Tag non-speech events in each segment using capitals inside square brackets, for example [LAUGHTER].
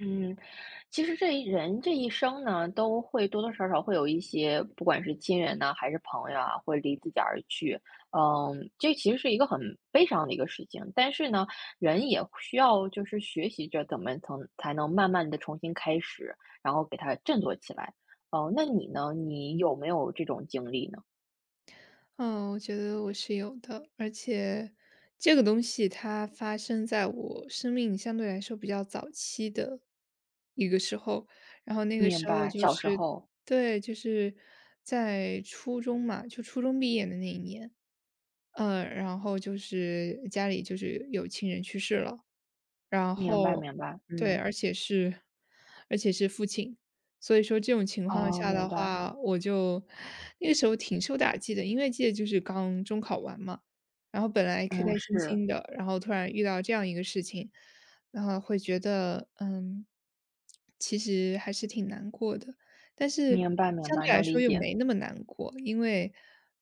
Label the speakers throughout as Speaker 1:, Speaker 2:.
Speaker 1: 嗯，其实这一生呢，都会多多少少会有一些，不管是亲人呐、还是朋友啊，会离自己而去。嗯，这其实是一个很悲伤的一个事情。但是呢，人也需要就是学习着怎么从才能慢慢的重新开始，然后给它振作起来。哦，那你呢？你有没有这种经历呢？
Speaker 2: 嗯，我觉得我是有的，而且这个东西它发生在我生命相对来说比较早期的一个时候。然后那个
Speaker 1: 明
Speaker 2: 时候
Speaker 1: 白，
Speaker 2: 就
Speaker 1: 小时
Speaker 2: 是
Speaker 1: 候，
Speaker 2: 对，就是在初中嘛，就初中毕业的那一年，然后就是家里就是有亲人去世了。然
Speaker 1: 明白，
Speaker 2: 后
Speaker 1: 明白，
Speaker 2: 对，
Speaker 1: 嗯，
Speaker 2: 而且是父亲。所以说这种情况
Speaker 1: 哦，
Speaker 2: 下的
Speaker 1: 明白，
Speaker 2: 话，那个时候挺受打击的。因为记得就是刚中考完嘛，然后本来开
Speaker 1: 嗯，
Speaker 2: 开心
Speaker 1: 是，
Speaker 2: 心的，然后突然遇到这样一个事情，然后会觉得，其实还是挺难过的。但是
Speaker 1: 明白，明
Speaker 2: 相
Speaker 1: 白，
Speaker 2: 对来
Speaker 1: 能
Speaker 2: 说
Speaker 1: 理
Speaker 2: 又
Speaker 1: 解，
Speaker 2: 没那么难过，因为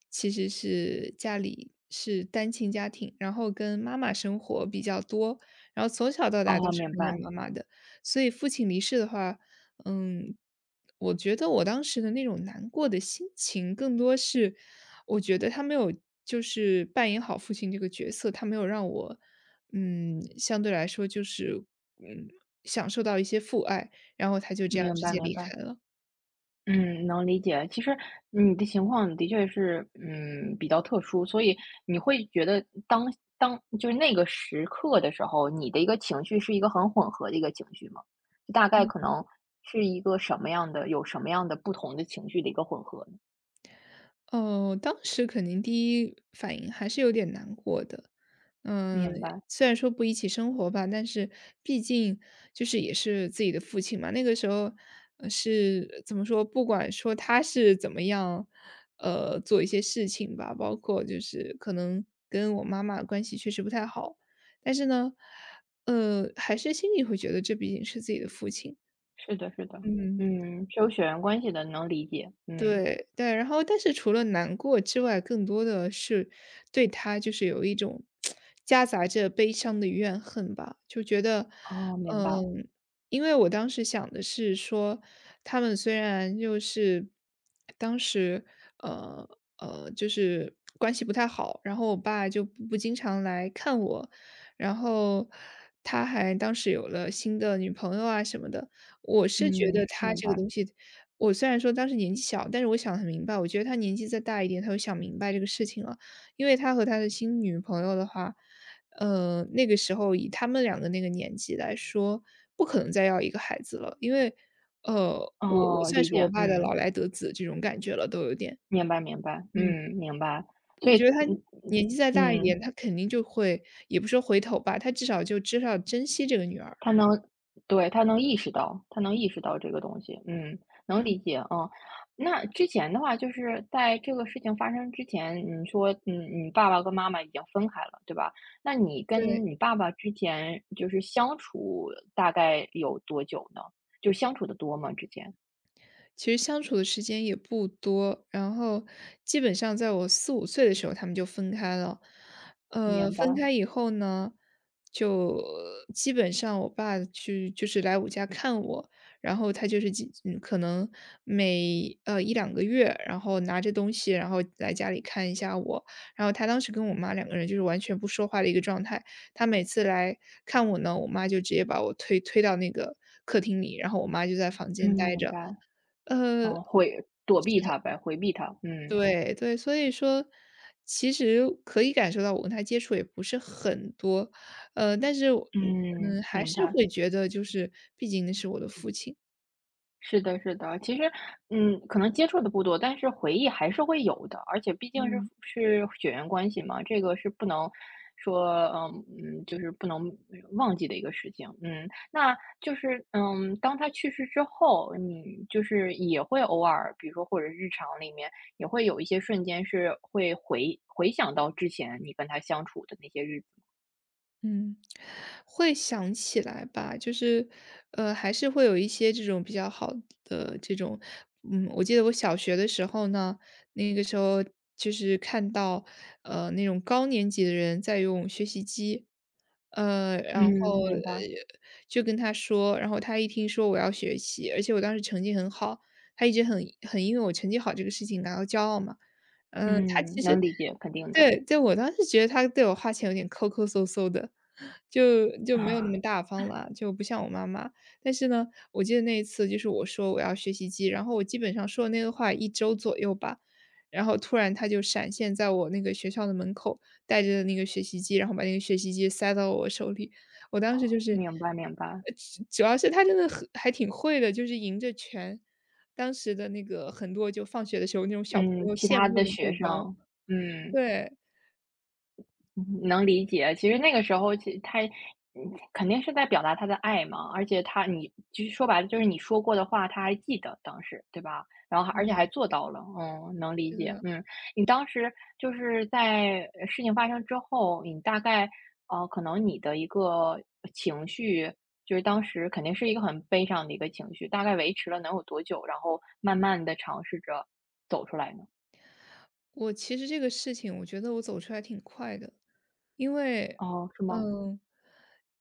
Speaker 2: 其实是家里是单亲家庭，然后跟妈妈生活比较多，然后从小到大都
Speaker 1: 哦，
Speaker 2: 是
Speaker 1: 明
Speaker 2: 跟着
Speaker 1: 白，
Speaker 2: 妈妈的。所以父亲离世的话，嗯，我觉得我当时的那种难过的心情，更多是我觉得他没有就是扮演好父亲这个角色，他没有让我，相对来说就是，嗯，享受到一些父爱，然后他就这样
Speaker 1: 明
Speaker 2: 直
Speaker 1: 白，
Speaker 2: 接
Speaker 1: 明
Speaker 2: 离
Speaker 1: 白。
Speaker 2: 开了。
Speaker 1: 嗯，能理解。其实你的情况的确是，嗯，比较特殊，所以你会觉得当就是那个时刻的时候，你的一个情绪是一个很混合的一个情绪吗？就大概可能是一个什么样的，有什么样的不同的情绪的一个混合呢？
Speaker 2: 哦，当时肯定第一反应还是有点难过的。嗯，
Speaker 1: 明白，
Speaker 2: 虽然说不一起生活吧，但是毕竟就是也是自己的父亲嘛。那个时候，是怎么说？不管说他是怎么样，做一些事情吧，包括就是可能跟我妈妈关系确实不太好。但是呢，还是心里会觉得这毕竟是自己的父亲。
Speaker 1: 是的，是的，
Speaker 2: 嗯，
Speaker 1: 嗯，是有血缘关系的，能理解，嗯，
Speaker 2: 对，对，然后但是除了难过之外，更多的是对他就是有一种夹杂着悲伤的怨恨吧。就觉得，
Speaker 1: 哦，明白，
Speaker 2: 嗯，因为我当时想的是说，他们虽然就是当时呃就是关系不太好，然后我爸就不经常来看我，然后他还当时有了新的女朋友啊什么的，我是觉得
Speaker 1: 嗯，
Speaker 2: 他
Speaker 1: 明
Speaker 2: 这个
Speaker 1: 白，
Speaker 2: 东西。我虽然说当时年纪小，但是我想得很明白，我觉得他年纪再大一点，他会想明白这个事情了。因为他和他的新女朋友的话，那个时候以他们两个那个年纪来说，不可能再要一个孩子了。因为，呃，我
Speaker 1: 哦，
Speaker 2: 算
Speaker 1: 理
Speaker 2: 是我
Speaker 1: 解，
Speaker 2: 爸的老
Speaker 1: 嗯，
Speaker 2: 来得子这种感觉了，都有点。
Speaker 1: 明白，明白，
Speaker 2: 嗯。
Speaker 1: 嗯，明白，所
Speaker 2: 我觉
Speaker 1: 以，
Speaker 2: 得他
Speaker 1: 嗯
Speaker 2: 年纪再大一
Speaker 1: 嗯，
Speaker 2: 点，
Speaker 1: 嗯
Speaker 2: 他肯定就会也不说回头吧，他至少就知道珍惜这个女儿了。
Speaker 1: 他能对，他能意识到，他能意识到这个东西，嗯，能
Speaker 2: 嗯。
Speaker 1: 理解，嗯。那之前的话，就是在这个事情发生之前，你说，嗯，你爸爸跟妈妈已经分开了，对吧？那你
Speaker 2: 对。
Speaker 1: 跟你爸爸之前就是相处大概有多久呢？就相处的多吗？之前？
Speaker 2: 其实相处的时间也不多，然后基本上在我四五岁的时候，他们就分开了。
Speaker 1: 明白，
Speaker 2: 分开以后呢，就基本上我爸去就是来我家看我。然后他就是可能每一两个月，然后拿着东西，然后来家里看一下我。然后他当时跟我妈两个人就是完全不说话的一个状态，他每次来看我呢，我妈就直接把我推到那个客厅里，然后我妈就在房间
Speaker 1: 嗯，
Speaker 2: 待
Speaker 1: 明
Speaker 2: 着。
Speaker 1: 白，
Speaker 2: 呃，
Speaker 1: 哦，会躲避他呗，回避他，嗯，
Speaker 2: 对对，所以说其实可以感受到我跟他接触也不是很多。但是我
Speaker 1: 嗯，
Speaker 2: 还
Speaker 1: 明
Speaker 2: 是
Speaker 1: 白。
Speaker 2: 会觉得就是毕竟那是我的父亲，
Speaker 1: 是的，是的，其实，嗯，可能接触的不多，但是回忆还是会有的，而且毕竟是
Speaker 2: 嗯。
Speaker 1: 是血缘关系嘛，这个是不能说，嗯嗯，就是不能忘记的一个事情，嗯，那就是，嗯，当他去世之后，你就是也会偶尔，比如说或者日常里面也会有一些瞬间是会回想到之前你跟他相处的那些日子，
Speaker 2: 嗯，会想起来吧，就是，还是会有一些这种比较好的这种，我记得我小学的时候呢，那个时候就是看到，那种高年级的人在用学习机，然后
Speaker 1: 嗯，明白，
Speaker 2: 就跟他说。然后他一听说我要学习，而且我当时成绩很好，他一直很因为我成绩好这个事情感到骄傲嘛。嗯，他
Speaker 1: 嗯，
Speaker 2: 其实
Speaker 1: 能理解，肯定的，
Speaker 2: 对，对，我当时觉得他对我花钱有点抠抠搜搜的，就
Speaker 1: [LAUGHS]
Speaker 2: 没有那么
Speaker 1: 啊，
Speaker 2: 大方了，就不像我妈妈。但是呢，我记得那一次就是我说我要学习机，然后我基本上说的那个话一周左右吧，然后突然他就闪现在我那个学校的门口，带着那个学习机，然后把那个学习机塞到我手里。我当时就是，
Speaker 1: 明白，明白。
Speaker 2: 呃，主要是他真的很还挺会的，就是迎着当时的那个很多就放学的时候那种小朋
Speaker 1: 嗯，
Speaker 2: 友
Speaker 1: 其
Speaker 2: 羡
Speaker 1: 他
Speaker 2: 慕
Speaker 1: 的
Speaker 2: 的
Speaker 1: 学
Speaker 2: 目
Speaker 1: 生，
Speaker 2: 光。
Speaker 1: 嗯，
Speaker 2: 对，
Speaker 1: 嗯能理解。其实那个时候，其实他嗯肯定是在表达他的爱嘛，而且你其实说白了，就是你说过的话，他还记得当时，对吧？然后而且还
Speaker 2: 嗯。
Speaker 1: 做到了，嗯，能理
Speaker 2: 是
Speaker 1: 解。
Speaker 2: 的，
Speaker 1: 嗯，你当时就是在事情发生之后，你大概可能你的一个情绪，就是当时肯定是一个很悲伤的一个情绪，大概维持了能有多久？然后慢慢的尝试着走出来呢？
Speaker 2: 我其实这个事情我觉得我走出来挺快的。因为，
Speaker 1: 哦，是吗？
Speaker 2: 嗯，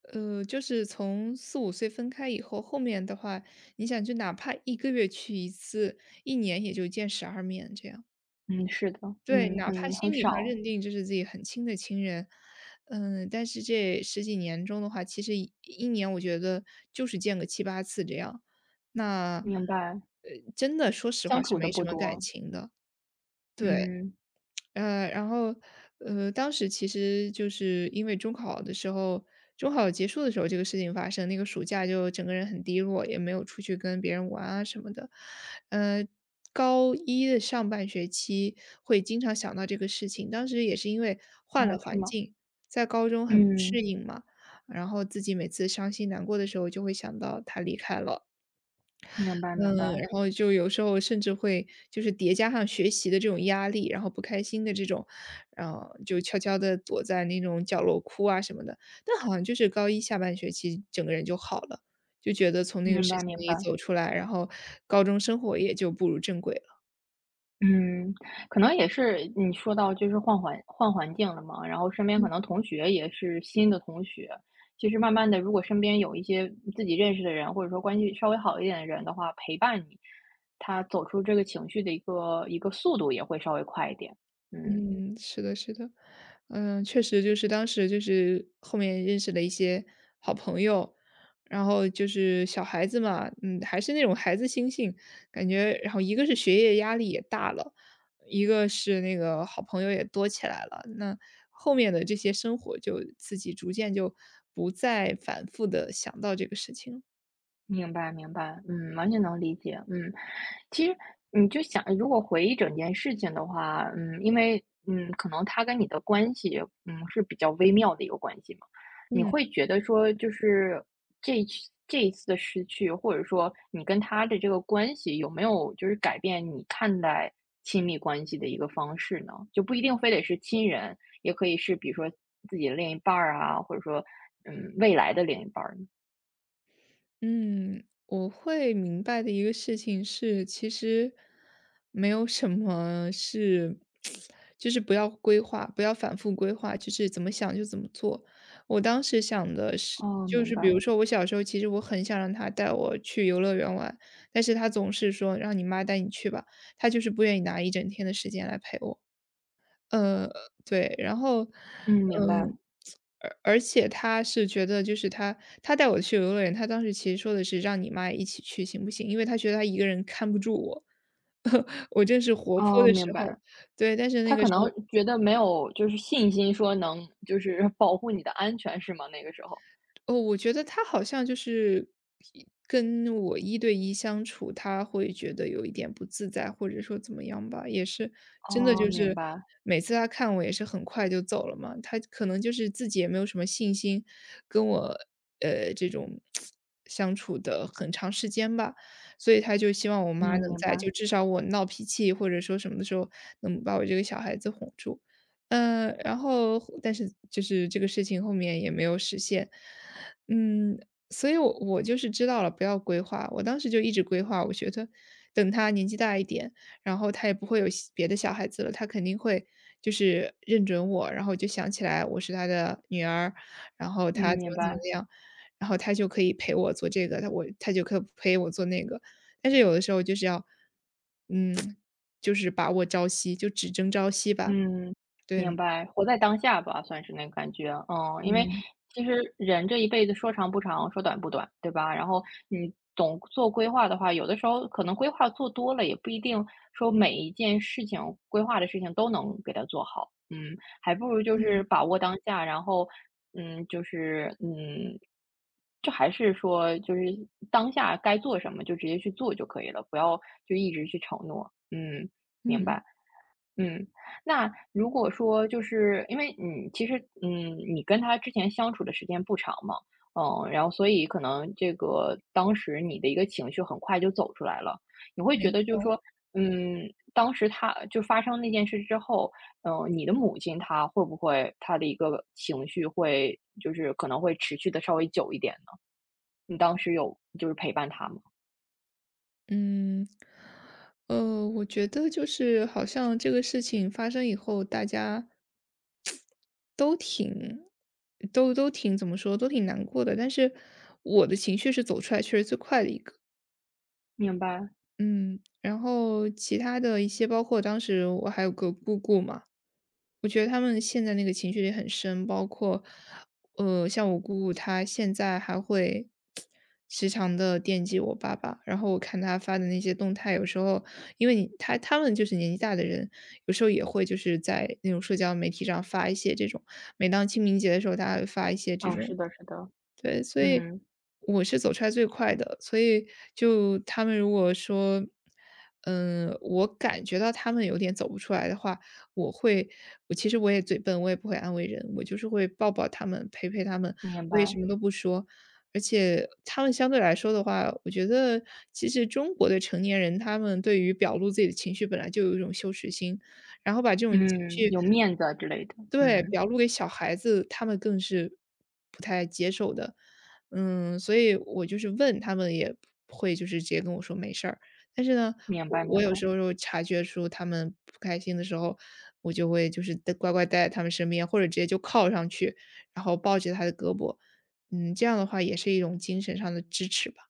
Speaker 2: 就是从四五岁分开以后，后面的话，你想就哪怕一个月去一次，一年也就见12面这样。
Speaker 1: 嗯，是的，
Speaker 2: 对，
Speaker 1: 嗯，
Speaker 2: 哪怕
Speaker 1: 很
Speaker 2: 心
Speaker 1: 很
Speaker 2: 理上
Speaker 1: 少，
Speaker 2: 认定这是自己很亲的亲人，但是这十几年中的话，其实一年我觉得就是见个七八次这样。那，
Speaker 1: 明白，
Speaker 2: 呃，真的说实话
Speaker 1: 相
Speaker 2: 是
Speaker 1: 处的
Speaker 2: 没什
Speaker 1: 不
Speaker 2: 么感
Speaker 1: 多，
Speaker 2: 情的。对。
Speaker 1: 嗯，
Speaker 2: 然后，当时其实就是因为中考的时候，中考结束的时候这个事情发生，那个暑假就整个人很低落，也没有出去跟别人玩啊什么的。呃，高一的上半学期会经常想到这个事情，当时也是因为换了
Speaker 1: 哦，是
Speaker 2: 环
Speaker 1: 吗？
Speaker 2: 境，在高中很不适
Speaker 1: 嗯，
Speaker 2: 应嘛，然后自己每次伤心难过的时候就会想到他离开了。
Speaker 1: 明白，明
Speaker 2: 嗯，
Speaker 1: 白，
Speaker 2: 然后就有时候甚至会就是叠加上学习的这种压力，然后不开心的这种，然后就悄悄地躲在那种角落哭啊什么的。但好像就是高一下半学期整个人就好了，就觉得从那个
Speaker 1: 明
Speaker 2: 事
Speaker 1: 白，
Speaker 2: 情
Speaker 1: 明
Speaker 2: 里
Speaker 1: 白，
Speaker 2: 走出来，然后高中生活也就步入正轨了。
Speaker 1: 嗯，可能也是你说到就是换环境了嘛，然后身边可能同学也是新的同学，其实慢慢的，如果身边有一些自己认识的人，或者说关系稍微好一点的人的话，陪伴你，他走出这个情绪的一个速度也会稍微快一点，嗯。
Speaker 2: 嗯，是的，是的，确实就是当时就是后面认识了一些好朋友，然后就是小孩子嘛，还是那种孩子心性，感觉，然后一个是学业压力也大了，一个是那个好朋友也多起来了，那后面的这些生活就自己逐渐就不再反复的想到这个事情了
Speaker 1: 明白明白，嗯，完全能理解，嗯。其实你就想，如果回忆整件事情的话，嗯，因为，嗯，可能他跟你的关系，嗯，是比较微妙的一个关系嘛，你
Speaker 2: 嗯。
Speaker 1: 会觉得说，就是这一次的失去，或者说你跟他的这个关系，有没有就是改变你看待亲密关系的一个方式呢？就不一定非得是亲人，也可以是比如说自己的另一半儿啊，或者说，嗯，未来的另一半儿呢
Speaker 2: 嗯，我会明白的一个事情是，其实没有什么是，就是不要规划，不要反复规划，就是怎么想就怎么做。我当时想的是，
Speaker 1: 哦，
Speaker 2: 就
Speaker 1: 明
Speaker 2: 是
Speaker 1: 白。
Speaker 2: 比如
Speaker 1: 了。
Speaker 2: 说我小时候，其实我很想让他带我去游乐园玩，但是他总是说让你妈带你去吧，他就是不愿意拿一整天的时间来陪我。呃，对，然后，
Speaker 1: 嗯，明白，
Speaker 2: 嗯，而且他是觉得就是他带我去游乐园。他当时其实说的是让你妈一起去行不行？因为他觉得他一个人看不住我，[LAUGHS] 我正是活泼
Speaker 1: 哦，
Speaker 2: 的
Speaker 1: 明
Speaker 2: 时候。
Speaker 1: 白。
Speaker 2: 对，但是那
Speaker 1: 他
Speaker 2: 个
Speaker 1: 可
Speaker 2: 时
Speaker 1: 能
Speaker 2: 候
Speaker 1: 觉得没有就是信心说能就是保护你的安全是吗？那个时候。
Speaker 2: 哦，我觉得他好像就是跟我一对一相处，他会觉得有一点不自在，或者说怎么样吧。也是真的
Speaker 1: 哦，
Speaker 2: 就
Speaker 1: 明
Speaker 2: 是
Speaker 1: 白，
Speaker 2: 每次他看我也是很快就走了嘛，他可能就是自己也没有什么信心跟我这种 [TSK] 相处的很长时间吧，所以他就希望我
Speaker 1: 嗯，
Speaker 2: 妈能
Speaker 1: 明
Speaker 2: 在，
Speaker 1: 白，
Speaker 2: 就至少我闹脾气或者说什么的时候能把我这个小孩子哄住，然后但是就是这个事情后面也没有实现。嗯，所以我就是知道了不要规划。我当时就一直规划，我觉得等他年纪大一点，然后他也不会有别的小孩子了，他肯定会就是认准我，然后就想起来我是他的女儿，然后他
Speaker 1: 嗯，
Speaker 2: 怎
Speaker 1: 明
Speaker 2: 么怎么
Speaker 1: 白。
Speaker 2: 样，然后他就可以陪我做这个，他就可以陪我做那个。但是有的时候就是要，嗯，就是把握朝夕，就只争朝夕吧。
Speaker 1: 嗯，明
Speaker 2: 对，
Speaker 1: 白，活在当下吧，算是那个感觉。嗯，因为
Speaker 2: 嗯
Speaker 1: 其实人这一辈子说长不长，说短不短，对吧？然后你总做规划的话，有的时候可能规划做多了，也不一定说每一件事情规划的事情都能给它做好。嗯，还不如就
Speaker 2: 嗯，
Speaker 1: 是把握当下，然后嗯，就是嗯，就还是说就是当下该做什么就直接去做就可以了，不要就一直去承诺。嗯，明
Speaker 2: 嗯。
Speaker 1: 白。嗯，那如果说就是因为你其实，嗯，你跟他之前相处的时间不长嘛，嗯，然后所以可能这个当时你的一个情绪很快就走出来了，你会觉
Speaker 2: 没
Speaker 1: 得就是
Speaker 2: 错。
Speaker 1: 说，嗯，当时他就发生那件事之后，嗯，你的母亲她会不会她的一个情绪会就是可能会持续的稍微久一点呢？你当时有就是陪伴她吗？
Speaker 2: 嗯，我觉得就是好像这个事情发生以后，大家都挺都挺怎么说，都挺难过的。但是我的情绪是走出来确实最快的一个，
Speaker 1: 明白，
Speaker 2: 嗯。然后其他的一些，包括当时我还有个姑姑嘛，我觉得他们现在那个情绪也很深，包括，像我姑姑，她现在还会时常的惦记我爸爸。然后我看她发的那些动态，有时候因为他们就是年纪大的人，有时候也会就是在那种社交媒体上发一些这种每当清明节的时候，大家会发一些这
Speaker 1: 嗯，是
Speaker 2: 种
Speaker 1: 的，是的，
Speaker 2: 对，所以
Speaker 1: 嗯，
Speaker 2: 我是走出来最快的，所以就他们如果说，嗯，我感觉到他们有点走不出来的话，我会我其实我也嘴笨，我也不会安慰人，我就是会抱抱他们，陪陪他们，
Speaker 1: 明
Speaker 2: 我也什
Speaker 1: 白。
Speaker 2: 么都不说。而且他们相对来说的话，我觉得其实中国的成年人，他们对于表露自己的情绪本来就有一种羞耻心，然后把这种情
Speaker 1: 嗯，
Speaker 2: 绪
Speaker 1: 有面子啊之类的，
Speaker 2: 对，
Speaker 1: 嗯，
Speaker 2: 表露给小孩子，他们更是不嗯，所以我就是问他们也不会就是直接跟我说没事儿，但是呢，
Speaker 1: 明
Speaker 2: 我
Speaker 1: 白
Speaker 2: 我
Speaker 1: 明
Speaker 2: 有
Speaker 1: 白。
Speaker 2: 时候就察觉出他们不开心的时候，我就会就是待乖乖待在他们身边，或者直接就靠上去，然后抱着他的胳膊，嗯，这样的话也是一种精神上的支持吧。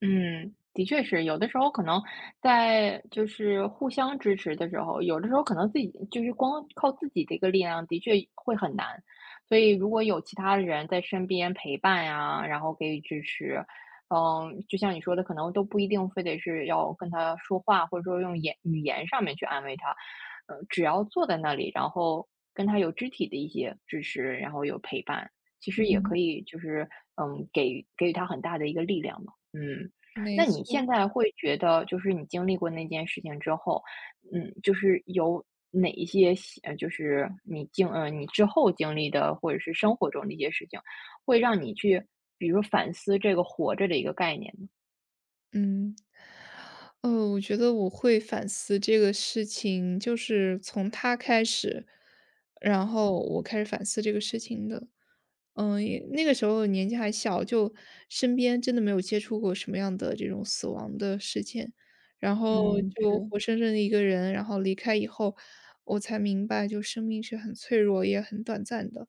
Speaker 1: 嗯，的确是，有的时候可能在就是互相支持的时候，有的时候可能自己就是光靠自己的一个力量，的确会很难。所以如果有其他的人在身边陪伴呀，然后给予支持，嗯，就像你说的，可能都不一定非得是要跟他说话，或者说用语言上面去安慰他，只要坐在那里，然后跟他有肢体的一些支持，然后有陪伴，其实也可
Speaker 2: 嗯，
Speaker 1: 以就是嗯，给予他很大的一个力量嘛，嗯。
Speaker 2: 没
Speaker 1: 那你
Speaker 2: 错，
Speaker 1: 现在会觉得，就是你经历过那件事情之后，嗯，就是有哪一些习呃，就是你之后经历的，或者是生活中的一些事情，会让你去，比如说反思这个"活着"的一个概念呢？
Speaker 2: 嗯，哦，我觉得我会反思这个事情，就是从他开始，然后我开始反思这个事情的。嗯，也那个时候年纪还小，就身边真的没有接触过什么样的这种死亡的事件，然后
Speaker 1: 嗯，
Speaker 2: 就
Speaker 1: 是，
Speaker 2: 活生生的一个人，然后离开以后，我才明白就生命是很脆弱，也很短暂的。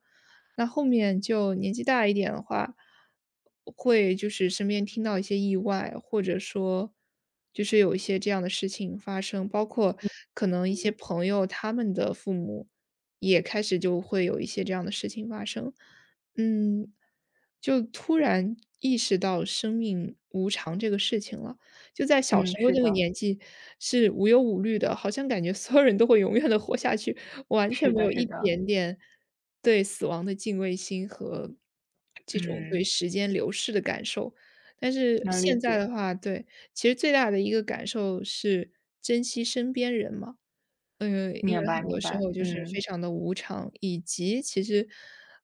Speaker 2: 那后面就年纪大一点的话，会就是身边听到一些意外，或者说就是有一些这样的事情发生，包括可能一些朋友他们的父母也开始就会有一些这样的事情发生。嗯，就突然意识到生命无常这个事情了。就在小
Speaker 1: 嗯，
Speaker 2: 时候
Speaker 1: 是
Speaker 2: 那个
Speaker 1: 的，
Speaker 2: 年纪是无忧无虑的，好像感觉所有人都会永远的活下去，完全
Speaker 1: 是
Speaker 2: 没
Speaker 1: 的，
Speaker 2: 有
Speaker 1: 是
Speaker 2: 一
Speaker 1: 的，
Speaker 2: 点点对死亡的敬畏心和这种对
Speaker 1: 嗯，
Speaker 2: 时间流逝的感受。但是
Speaker 1: 能理
Speaker 2: 现在
Speaker 1: 解，
Speaker 2: 的话，对，其实最大的一个感受是珍惜身边人嘛。嗯，因为
Speaker 1: 明白，
Speaker 2: 很多
Speaker 1: 明
Speaker 2: 时
Speaker 1: 白，
Speaker 2: 候就是非
Speaker 1: 嗯，
Speaker 2: 常的无常，以及其实，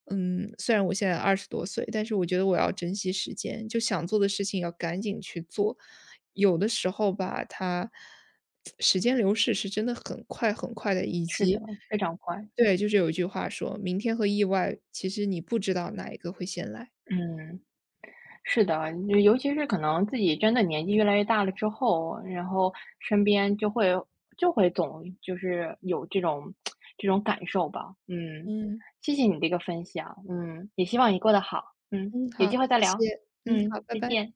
Speaker 2: 嗯，虽然我现在20多岁，但是我觉得我要珍惜时间，就想做的事情要赶紧去做。有的时候吧，它时间流逝是真的很快很快的，以
Speaker 1: 是的，
Speaker 2: 及
Speaker 1: 非常快，
Speaker 2: 对，就是有一句话说：“明天和意外，其实你不知道哪一个会先来。”
Speaker 1: 嗯。是的，就尤其是可能自己真的年纪越来越大了之后，然后身边就会总就是有这种 [TSK] 这种感受吧。嗯，
Speaker 2: 嗯。
Speaker 1: 谢谢你这个分享，嗯，也希望你过得好，嗯，
Speaker 2: 嗯，
Speaker 1: 有机
Speaker 2: 好，
Speaker 1: 会再
Speaker 2: 谢谢。
Speaker 1: 聊，
Speaker 2: 嗯，好，
Speaker 1: 嗯，
Speaker 2: 拜
Speaker 1: 再
Speaker 2: 拜。
Speaker 1: 见。